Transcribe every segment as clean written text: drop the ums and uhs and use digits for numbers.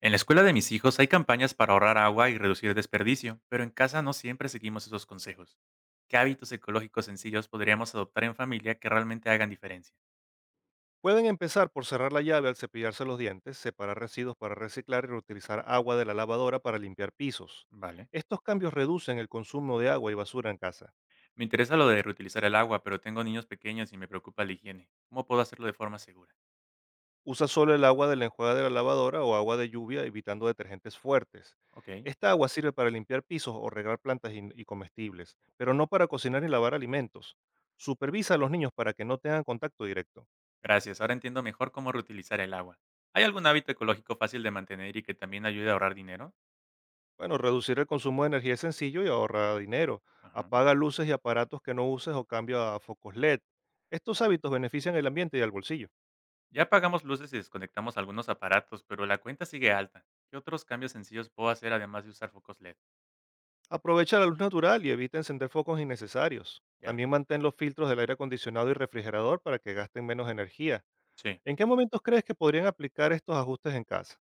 En la escuela de mis hijos hay campañas para ahorrar agua y reducir desperdicio, pero en casa no siempre seguimos esos consejos. ¿Qué hábitos ecológicos sencillos podríamos adoptar en familia que realmente hagan diferencia? Pueden empezar por cerrar la llave al cepillarse los dientes, separar residuos para reciclar y reutilizar agua de la lavadora para limpiar pisos. Vale. Estos cambios reducen el consumo de agua y basura en casa. Me interesa lo de reutilizar el agua, pero tengo niños pequeños y me preocupa la higiene. ¿Cómo puedo hacerlo de forma segura? Usa solo el agua de la enjuaga de la lavadora o agua de lluvia evitando detergentes fuertes. Ok. Esta agua sirve para limpiar pisos o regar plantas y comestibles, pero no para cocinar y lavar alimentos. Supervisa a los niños para que no tengan contacto directo. Gracias. Ahora entiendo mejor cómo reutilizar el agua. ¿Hay algún hábito ecológico fácil de mantener y que también ayude a ahorrar dinero? Bueno, reducir el consumo de energía es sencillo y ahorra dinero. Ajá. Apaga luces y aparatos que no uses o cambia a focos LED. Estos Vale. hábitos benefician el ambiente y al bolsillo. Ya apagamos luces y desconectamos algunos aparatos, pero la cuenta sigue alta. ¿Qué otros cambios sencillos puedo hacer además de usar focos LED? Aprovecha la luz natural y evita encender focos innecesarios. Ya, También mantén los filtros del aire acondicionado y refrigerador para que gasten menos energía. sí. ¿En qué momentos crees que podrían aplicar estos ajustes en casa?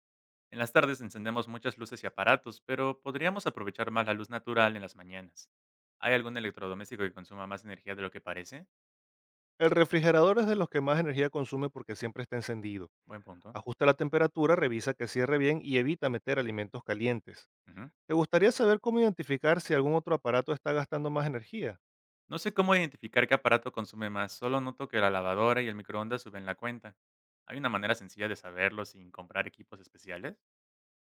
En las tardes encendemos muchas luces y aparatos, pero podríamos aprovechar más la luz natural en las mañanas. ¿Hay algún electrodoméstico que consuma más energía de lo que parece? El refrigerador es de los que más energía consume porque siempre está encendido. Buen punto. Ajusta la temperatura, revisa que cierre bien y evita meter alimentos calientes. Ujú. ¿Te gustaría saber cómo identificar si algún otro aparato está gastando más energía? No sé cómo identificar qué aparato consume más, solo noto que la lavadora y el microondas suben la cuenta. ¿Hay una manera sencilla de saberlo sin comprar equipos especiales?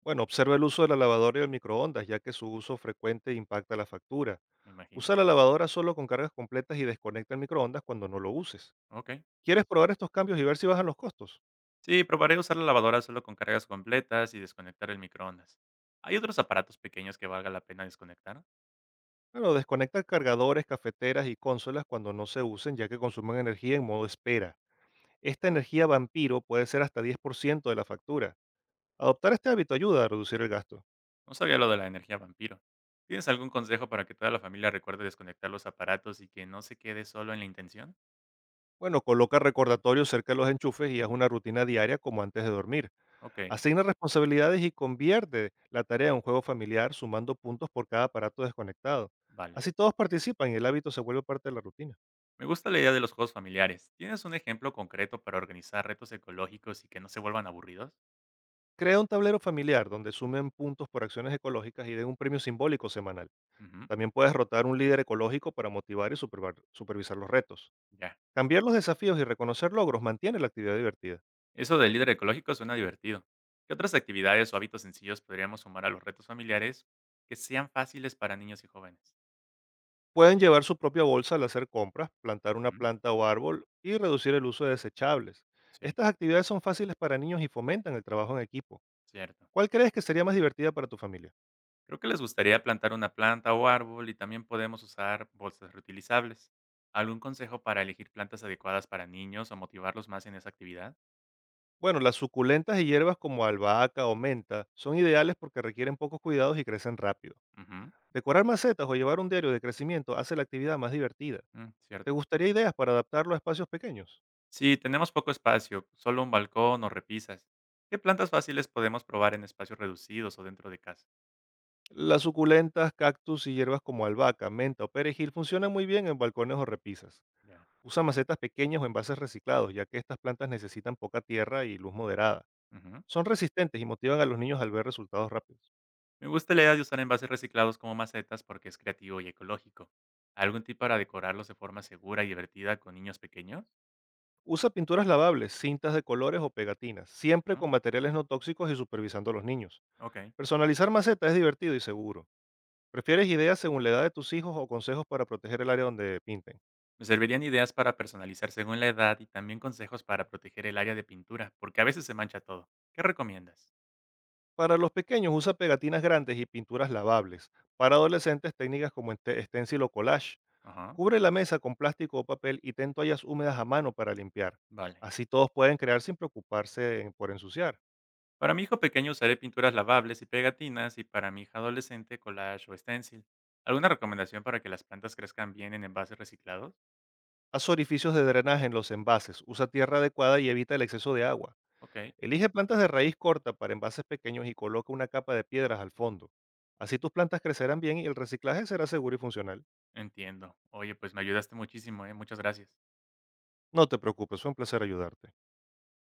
Bueno, observa el uso de la lavadora y el microondas, ya que su uso frecuente impacta la factura. Me imagino. Usa la lavadora solo con cargas completas y desconecta el microondas cuando no lo uses. Ok. ¿Quieres probar estos cambios y ver si bajan los costos? Sí, probaré usar la lavadora solo con cargas completas y desconectar el microondas. ¿Hay otros aparatos pequeños que valga la pena desconectar? Bueno, desconecta cargadores, cafeteras y consolas cuando no se usen, ya que consumen energía en modo espera. Esta energía vampiro puede ser hasta 10% de la factura. Adoptar este hábito ayuda a reducir el gasto. No sabía lo de la energía vampiro. ¿Tienes algún consejo para que toda la familia recuerde desconectar los aparatos y que no se quede solo en la intención? Bueno, coloca recordatorios cerca de los enchufes y haz una rutina diaria como antes de dormir. Ok, Asigna responsabilidades y convierte la tarea en un juego familiar sumando puntos por cada aparato desconectado. vale. Así todos participan y el hábito se vuelve parte de la rutina. Me gusta la idea de los juegos familiares. ¿Tienes un ejemplo concreto para organizar retos ecológicos y que no se vuelvan aburridos? Crea un tablero familiar donde sumen puntos por acciones ecológicas y den un premio simbólico semanal. Ujú, También puedes rotar un líder ecológico para motivar y supervisar los retos. ya. Cambiar los desafíos y reconocer logros mantiene la actividad divertida. Eso del líder ecológico suena divertido. ¿Qué otras actividades o hábitos sencillos podríamos sumar a los retos familiares que sean fáciles para niños y jóvenes? Pueden llevar su propia bolsa al hacer compras, plantar una Ujú, planta o árbol y reducir el uso de desechables. sí, Estas actividades son fáciles para niños y fomentan el trabajo en equipo. cierto. ¿Cuál crees que sería más divertida para tu familia? Creo que les gustaría plantar una planta o árbol y también podemos usar bolsas reutilizables. ¿Algún consejo para elegir plantas adecuadas para niños o motivarlos más en esa actividad? Bueno, las suculentas y hierbas como albahaca o menta son ideales porque requieren pocos cuidados y crecen rápido. Ujú, Decorar macetas o llevar un diario de crecimiento hace la actividad más divertida. mm, ¿Te cierto. gustaría ideas para adaptarlo a espacios pequeños? Si tenemos poco espacio, solo un balcón o repisas, ¿qué plantas fáciles podemos probar en espacios reducidos o dentro de casa? Las suculentas, cactus y hierbas como albahaca, menta o perejil funcionan muy bien en balcones o repisas. Ya, Usa macetas pequeñas o envases reciclados, ya que estas plantas necesitan poca tierra y luz moderada. ujú. Son resistentes y motivan a los niños al ver resultados rápidos. Me gusta la idea de usar envases reciclados como macetas porque es creativo y ecológico. ¿Algún tip para decorarlos de forma segura y divertida con niños pequeños? Usa pinturas lavables, cintas de colores o pegatinas, siempre con Mm, materiales no tóxicos y supervisando a los niños. ok. Personalizar macetas es divertido y seguro. Prefieres ideas según la edad de tus hijos o consejos para proteger el área donde pinten. Me servirían ideas para personalizar según la edad y también consejos para proteger el área de pintura, porque a veces se mancha todo. ¿Qué recomiendas? Para los pequeños usa pegatinas grandes y pinturas lavables. Para adolescentes técnicas como stencil o collage. Ajá, Cubre la mesa con plástico o papel y ten toallas húmedas a mano para limpiar. vale. Así todos pueden crear sin preocuparse por ensuciar. Para mi hijo pequeño usaré pinturas lavables y pegatinas y para mi hija adolescente collage o stencil. ¿Alguna recomendación para que las plantas crezcan bien en envases reciclados? Haz orificios de drenaje en los envases, usa tierra adecuada y evita el exceso de agua. Ok, Elige plantas de raíz corta para envases pequeños y coloca una capa de piedras al fondo. Así tus plantas crecerán bien y el reciclaje será seguro y funcional. entiendo. Oye, pues me ayudaste muchísimo, ¿eh? Muchas gracias. No te preocupes, fue un placer ayudarte.